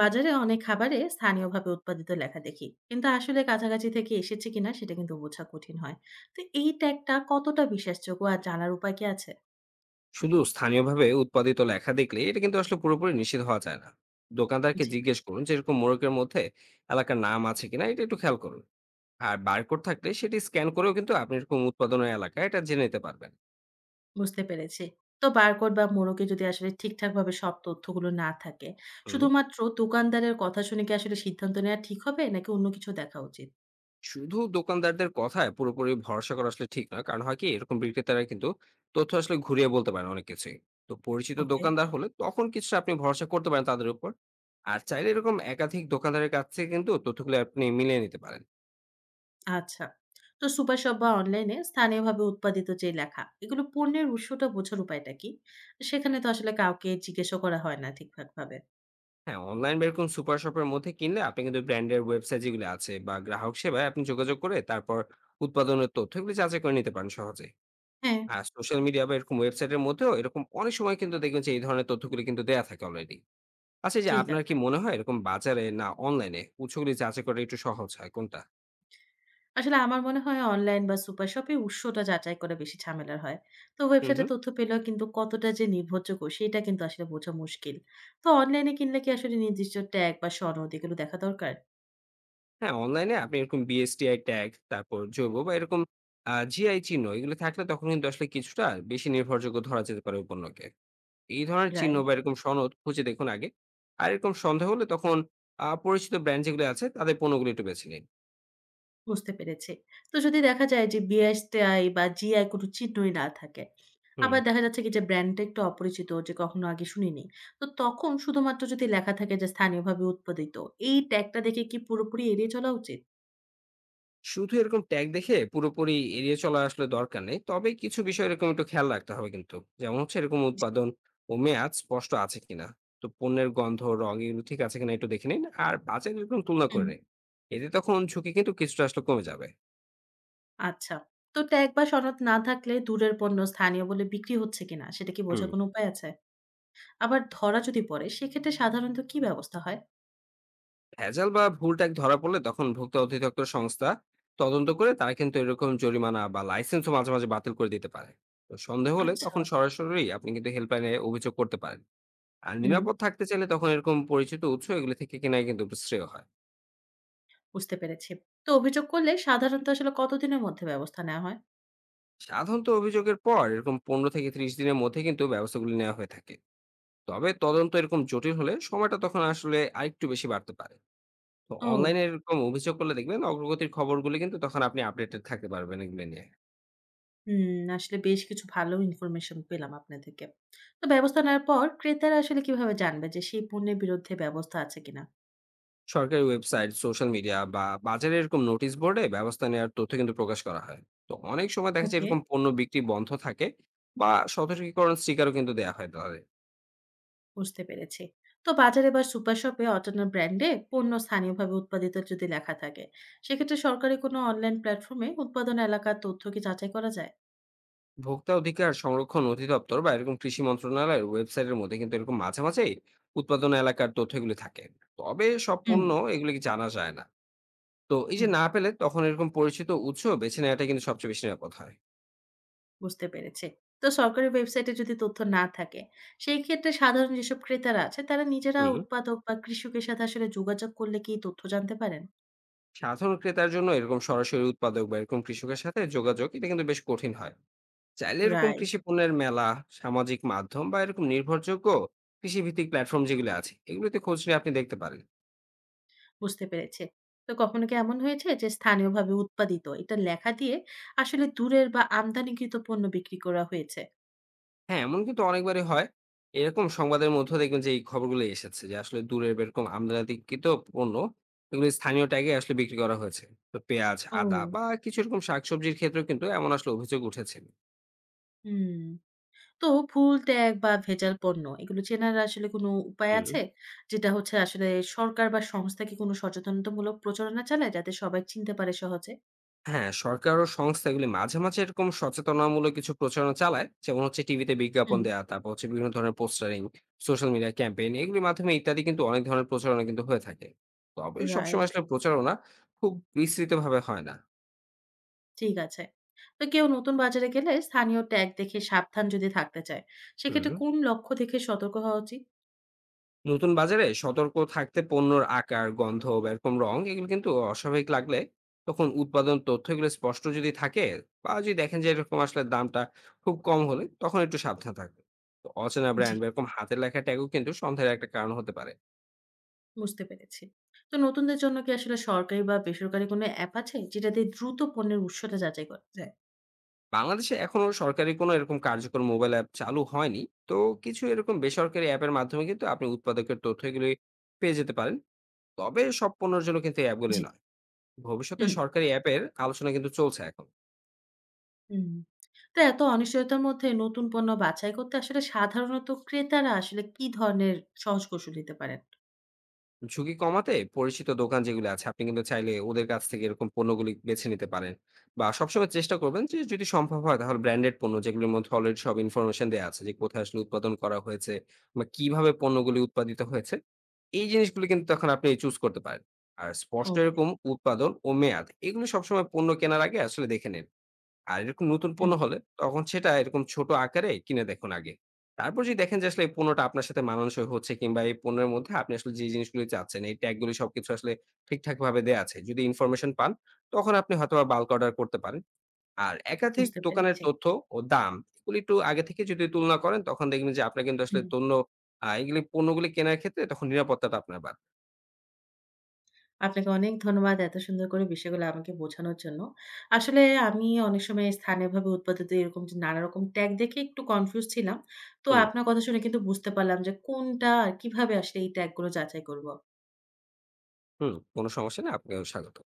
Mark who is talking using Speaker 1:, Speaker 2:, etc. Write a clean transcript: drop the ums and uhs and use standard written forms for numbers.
Speaker 1: বাজারে অনেক খাবারে স্থানীয়ভাবে উৎপাদিত লেখা দেখি, কিন্তু আসলে কাছাকাছি থেকে এসেছে কিনা সেটা কিন্তু বোঝা কঠিন হয়। তো এই ট্যাগটা কতটা বিশ্বাসযোগ্য আর জানার উপায় কি আছে?
Speaker 2: শুধু স্থানীয়ভাবে উৎপাদিত লেখা দেখলে এটা কিন্তু আসলে পুরোপুরি নিষিদ্ধ হওয়া যায় না। দোকানদারকে
Speaker 1: জি।
Speaker 2: জিজ্ঞেস করুন যে এরকম মোড়কের মধ্যে এলাকার নাম আছে কিনা এটা একটু খেয়াল করুন। আর বারকোড থাকলে সেটি স্ক্যান করেও কিন্তু আপনি এরকম উৎপাদনের এলাকা এটা জেনে নিতে পারবেন।
Speaker 1: বুঝতে পেরেছি। তো বারকোড বা মোড়কে যদি আসলে ঠিকঠাক ভাবে সব তথ্যগুলো না থাকে,
Speaker 2: হুম।
Speaker 1: শুধুমাত্র দোকানদারের কথা শুনে কি আসলে সিদ্ধান্ত নেওয়া ঠিক হবে, নাকি অন্য কিছু দেখা উচিত?
Speaker 2: শুধু দোকানদারদের কথায় পুরোপুরি ভরসা করা আসলে ঠিক না, কারণ হয় কি এরকম বিক্রেতারা কিন্তু তথ্য আসলে ঘুরিয়ে বলতে পারেন অনেক কিছুই। তো পরিচিত
Speaker 1: ওকে।
Speaker 2: দোকানদার হলে তখন কিছু আপনি ভরসা করতে পারেন তাদের উপর। আর চাইলে এরকম একাধিক দোকানদারের কাছ থেকে কিন্তু তথ্যগুলো আপনি মিলিয়ে নিতে পারেন।
Speaker 1: আচ্ছা। তো সুপার শপ বা অনলাইনে স্থানীয়ভাবে উৎপাদিত যে লেখা, এগুলো পণ্যের উৎসটা বোঝার উপায়টা কি? সেখানে তো আসলে কাউকে জিজ্ঞেস করা হয় না ঠিকঠাক ভাবে।
Speaker 2: হ্যাঁ, অনলাইন বা এরকম সুপার শপের মধ্যে কিনলে আপনি কিন্তু ব্র্যান্ডের ওয়েবসাইট যেগুলো আছে বা গ্রাহক সেবায় আপনি যোগাযোগ করে তারপর উৎপাদনের তথ্য এগুলো যাচাই করে নিতে পারেন সহজে।
Speaker 1: হ্যাঁ,
Speaker 2: আর সোশ্যাল মিডিয়া বা এরকম ওয়েবসাইটের মধ্যেও এরকম অনেক সময় কিন্তু দেখবেন যে এই ধরনের তথ্যগুলো কিন্তু দেয়া থাকে অলরেডি। আচ্ছা এই যে
Speaker 1: ঠিক
Speaker 2: আপনার কি
Speaker 1: আছে।
Speaker 2: মনে হয় এরকম বাজারে না অনলাইনে উৎসগুলি যাচাই করা একটু সহজ হয় কোনটা?
Speaker 1: আসলে আমার মনে হয় অনলাইন বা সুপার শপে উৎসটা যাচাই করা বেশি ঝামেলার হয়। তো
Speaker 2: হুম,
Speaker 1: ওয়েবসাইটে
Speaker 2: হুম।
Speaker 1: তথ্য পেলেও কিন্তু কতটা যে নির্ভরযোগ্য সেটা কিন্তু আসলে বোঝা মুশকিল। তো অনলাইনে কিনলে কি আসলে নির্দিষ্ট ট্যাগ বা সনদ এগুলো দেখা দরকার?
Speaker 2: হ্যাঁ, অনলাইনে আপনি এরকম বিএসটিআই ট্যাগ, তারপর জৈব বা এরকম জিআই চিহ্ন এগুলো থাকলে তখন কিন্তু আসলে কিছুটা বেশি নির্ভরযোগ্য ধরা যেতে পারে ওই পণ্যকে। এই ধরনের চিহ্ন
Speaker 1: রাইট,
Speaker 2: বা এরকম সনদ খুঁজে দেখুন আগে। আর এরকম সন্দেহ হলে তখন পরিচিত ব্র্যান্ড যেগুলো আছে তাদের পণ্যগুলো একটু বেছে নিন।
Speaker 1: বুঝতে পেরেছি। তো যদি দেখা যায় যে বিএসটিআই বা জিআই কোনো চিহ্নই না থাকে,
Speaker 2: হুম।
Speaker 1: আবার দেখা যাচ্ছে কি যে ব্র্যান্ডটা একটু অপরিচিত, যে কখনো আগে শুনিনি। তো তখন শুধুমাত্র যদি লেখা থাকে যে স্থানীয়ভাবে উৎপাদিত, এই ট্যাগটা দেখে কি পুরোপুরি এড়িয়ে চলা উচিত?
Speaker 2: শুধু এরকম ট্যাগ দেখে পুরোপুরি এড়িয়ে চলা আসলে দরকার নেই, তবে কিছু বিষয় এরকম একটু খেয়াল রাখতে হবে কিন্তু। যেমন হচ্ছে এরকম
Speaker 1: জি।
Speaker 2: উৎপাদন ও মেয়াদ স্পষ্ট আছে কিনা, তো পণ্যের গন্ধ রং এগুলো ঠিক আছে কিনা একটু দেখে নিন, আর বাজার এরকম তুলনা
Speaker 1: হুম।
Speaker 2: করে নিন। এতে তখন ঝুঁকি কিন্তু কিছুটা আসলে কমে যাবে।
Speaker 1: আচ্ছা। তো ট্যাগ বা সনদ না থাকলে দূরের পণ্য স্থানীয় বলে বিক্রি হচ্ছে কিনা সেটা কি বোঝার
Speaker 2: হুম।
Speaker 1: কোনো উপায় আছে? আবার ধরা যদি পড়ে সেক্ষেত্রে সাধারণত কি ব্যবস্থা হয়?
Speaker 2: ভেজাল বা ভুল ট্যাগ ধরা পড়লে তখন ভোক্তা অধিদপ্তর সংস্থা তদন্ত করে, তারা কিন্তু এরকম জরিমানা বা লাইসেন্সও মাঝে মাঝে বাতিল করে দিতে পারে। তো সন্দেহ হলে
Speaker 1: আচ্ছা,
Speaker 2: তখন সরাসরি আপনি কিন্তু হেল্পলাইনে অভিযোগ করতে পারেন। আর
Speaker 1: হুম,
Speaker 2: নিরাপদ থাকতে চাইলে তখন এরকম পরিচিত উৎস এগুলি থেকে কেনাই কিন্তু শ্রেয় হয়।
Speaker 1: বুঝতে পেরেছি। তো অভিযোগ করলে সাধারণত আসলে কতদিনের মধ্যে ব্যবস্থা নেওয়া হয়?
Speaker 2: সাধারণত অভিযোগের পর এরকম 15 থেকে 30 দিনের মধ্যে কিন্তু ব্যবস্থাগুলি নেওয়া হয়ে থাকে। তবে তদন্ত এরকম জটিল হলে সময়টা তখন আসলে আরেকটু বেশি বাড়তে পারে। তো
Speaker 1: ও!
Speaker 2: অনলাইনে এরকম অভিযোগ করলে দেখবেন অগ্রগতির খবরগুলি কিন্তু তখন আপনি আপডেটেড থাকতে পারবেন এগুলো নিয়ে।
Speaker 1: হুম, আসলে বেশ কিছু ভালো ইনফরমেশন পেলাম আপনার থেকে। তো ব্যবস্থা নেওয়ার পর ক্রেতারা আসলে কিভাবে জানবে যে সেই পণ্যের বিরুদ্ধে ব্যবস্থা আছে কিনা?
Speaker 2: সরকারি ওয়েবসাইট, সোশ্যাল মিডিয়া বা বাজারে এরকম নোটিশ বোর্ডে ব্যবস্থা নেওয়ার তথ্য কিন্তু প্রকাশ করা হয়। তো অনেক সময় দেখা যায়
Speaker 1: ওকে।
Speaker 2: এরকম পণ্য বিক্রি বন্ধ থাকে বা সতর্কীকরণ স্টিকারও কিন্তু দেওয়া হয় তাদের।
Speaker 1: বুঝতে পেরেছি। তো বাজারে বা সুপার শপে অজানা ব্র্যান্ডে পণ্য স্থানীয়ভাবে উৎপাদিত যদি লেখা থাকে, সেক্ষেত্রে সরকারি কোনো অনলাইন প্ল্যাটফর্মে উৎপাদন এলাকার তথ্য কি যাচাই করা যায়?
Speaker 2: ভোক্তা অধিকার সংরক্ষণ অধিদপ্তর বা এরকম কৃষি মন্ত্রণালয়ের ওয়েবসাইটের মধ্যে কিন্তু এরকম মাঝে মাঝেই উৎপাদন এলাকার তথ্যগুলি থাকে। তবে সব
Speaker 1: হুম।
Speaker 2: পণ্য এগুলি জানা যায় না। তো এই
Speaker 1: হুম,
Speaker 2: যে না পেলে তখন এরকম পরিচিত উৎস বেছে নেওয়াটা কিন্তু সবচেয়ে বেশি নিরাপদ হয়।
Speaker 1: বুঝতে পেরেছি। তো সরকারি ওয়েবসাইটে যদি তথ্য না থাকে, সেই ক্ষেত্রে সাধারণ যেসব ক্রেতারা আছে তারা নিজেরা
Speaker 2: হুম।
Speaker 1: উৎপাদক বা কৃষকের সাথে আসলে যোগাযোগ করলে কি তথ্য জানতে পারেন?
Speaker 2: সাধারণ ক্রেতার জন্য এরকম সরাসরি উৎপাদক বা এরকম কৃষকের সাথে যোগাযোগ এটা কিন্তু বেশ কঠিন হয়। চাইলে এরকম
Speaker 1: রাইট।
Speaker 2: কৃষি পণ্যের মেলা, সামাজিক মাধ্যম বা এরকম নির্ভরযোগ্য কৃষিভিত্তিক প্ল্যাটফর্ম যেগুলো আছে, এগুলোতে খোঁজ নিয়ে আপনি দেখতে পারেন।
Speaker 1: বুঝতে পেরেছি। তো কখনো কি এমন হয়েছে যে স্থানীয়ভাবে উৎপাদিত এটা লেখা দিয়ে আসলে দূরের বা আমদানিকৃত পণ্য বিক্রি করা হয়েছে?
Speaker 2: হ্যাঁ, এমন কিন্তু অনেকবারই হয়। এরকম সংবাদের মধ্যেও দেখবেন যে এই খবরগুলো এসেছে যে আসলে দূরের এরকম আমদানিকৃত পণ্য এগুলো স্থানীয় ট্যাগে আসলে বিক্রি করা হয়েছে। তো পেঁয়াজ, আদা
Speaker 1: ও,
Speaker 2: বা কিছু এরকম শাকসবজির ক্ষেত্রেও কিন্তু এমন আসলে অভিযোগ উঠেছিল।
Speaker 1: হুম। তো ভুল ট্যাগ বা ভেজাল পণ্য এগুলো চেনার আসলে কোনো উপায়
Speaker 2: হুম।
Speaker 1: আছে? যেটা হচ্ছে আসলে, সরকার বা সংস্থা কি কোনো সচেতনতামূলক প্রচারণা চালায় যাতে সবাই চিনতে পারে সহজে?
Speaker 2: হ্যাঁ, সরকার ও সংস্থাগুলি মাঝে মাঝে এরকম সচেতনামূলক কিছু প্রচারণা চালায়, যেমন হচ্ছে টিভিতে বিজ্ঞাপন
Speaker 1: হুম,
Speaker 2: দেয়া, তারপর হচ্ছে বিভিন্ন ধরনের পোস্টারিং, সোশ্যাল মিডিয়া ক্যাম্পেইন এগুলির মাধ্যমে ইত্যাদি কিন্তু অনেক ধরনের প্রচারণা কিন্তু হয়ে থাকে। তবে
Speaker 1: রাইট।
Speaker 2: সবসময় আসলে প্রচারণা খুব বিস্তৃত ভাবে হয় না।
Speaker 1: ঠিক আছে। তো কেউ নতুন বাজারে গেলে স্থানীয় ট্যাগ দেখে সাবধান যদি থাকতে চায়, সেক্ষেত্রে
Speaker 2: হুম।
Speaker 1: কোন লক্ষ্য দেখে সতর্ক হওয়া উচিত?
Speaker 2: নতুন বাজারে সতর্ক থাকতে পণ্যের আকার গন্ধ বা এরকম রং এগুলো কিন্তু অস্বাভাবিক লাগলে, তখন উৎপাদন তথ্য এগুলো স্পষ্ট যদি থাকে, বা যদি দেখেন যে এরকম আসলে দামটা খুব কম হলে, তখন একটু সাবধান থাকবে। তো অচেনা
Speaker 1: জি,
Speaker 2: ব্র্যান্ড বা এরকম হাতের লেখা ট্যাগও কিন্তু সন্দেহের একটা কারণ হতে পারে।
Speaker 1: বুঝতে পেরেছি। তো নতুনদের জন্য কি আসলে সরকারি বা বেসরকারি কোনো অ্যাপ আছে যেটা দিয়ে দ্রুত পণ্যের উৎসটা যাচাই করা যায়?
Speaker 2: বাংলাদেশে এখনো সরকারি কোনো এরকম কার্যকর মোবাইল অ্যাপ চালু হয়নি। তো কিছু এরকম বেসরকারি অ্যাপের মাধ্যমে কিন্তু আপনি উৎপাদকের তথ্য এগুলি পেয়ে যেতে পারেন। তবে সব পণ্যের জন্য কিন্তু এই অ্যাপগুলি
Speaker 1: জি।
Speaker 2: নয়। ভবিষ্যতে
Speaker 1: হুম,
Speaker 2: সরকারি অ্যাপের আলোচনা কিন্তু চলছে এখন।
Speaker 1: হুম। তো এত অনিশ্চয়তার মধ্যে নতুন পণ্য বাছাই করতে আসলে সাধারণত ক্রেতারা আসলে কি ধরনের সহজ কৌশল দিতে পারেন?
Speaker 2: ঝুঁকি কমাতে পরিচিত দোকান যেগুলো আছে আপনি কিন্তু চাইলে ওদের কাছ থেকে এরকম পণ্যগুলি বেছে নিতে পারেন। বা সবসময় চেষ্টা করবেন যে যদি সম্ভব হয় তাহলে ব্র্যান্ডেড পণ্য যেগুলোর মধ্যে অলরেডি সব ইনফরমেশন দেওয়া আছে যে কোথায় আসলে উৎপাদন করা হয়েছে বা কিভাবে পণ্যগুলি উৎপাদিত হয়েছে, এই জিনিসগুলো কিন্তু তখন আপনি চুজ করতে পারেন। আর স্পষ্ট
Speaker 1: ওকে।
Speaker 2: এরকম উৎপাদন ও মেয়াদ এগুলো সবসময় পণ্য কেনার আগে আসলে দেখে নিন। আর এরকম নতুন
Speaker 1: হুম,
Speaker 2: পণ্য হলে তখন সেটা এরকম ছোট আকারে কিনে দেখুন আগে। তারপর যদি দেখেন যে আসলে এই পণ্যটা আপনার সাথে মানানসই হচ্ছে, কিংবা এই পণ্যের মধ্যে আপনি আসলে যে জিনিসগুলি চাচ্ছেন, এই ট্যাগ গুলি সবকিছু আসলে ঠিকঠাক ভাবে দেয়া আছে, যদি ইনফরমেশন পান, তখন আপনি হয়তোবা বাল্ক অর্ডার করতে পারেন। আর একাধিক
Speaker 1: বুঝতে
Speaker 2: দোকানের
Speaker 1: পেরেছি।
Speaker 2: তথ্য ও দাম এগুলি একটু আগে থেকে যদি তুলনা করেন, তখন দেখবেন যে আপনার কিন্তু আসলে
Speaker 1: হুম।
Speaker 2: তন্য এগুলি পণ্যগুলি কেনার ক্ষেত্রে তখন নিরাপত্তাটা আপনার বাড়বে।
Speaker 1: আপনাকে অনেক ধন্যবাদ এত সুন্দর করে বিষয়গুলো আমাকে বোঝানোর জন্য। আসলে আমি অনেক সময় স্থানীয়ভাবে উৎপাদিত এরকম যে নানা রকম ট্যাগ দেখে একটু কনফিউজ ছিলাম। তো
Speaker 2: হুম,
Speaker 1: আপনার কথা শুনে কিন্তু বুঝতে পারলাম যে কোনটা আর কিভাবে আসলে এই ট্যাগগুলো যাচাই করব।
Speaker 2: হুম। কোন সমস্যা নেই। আপনাকেও স্বাগতম।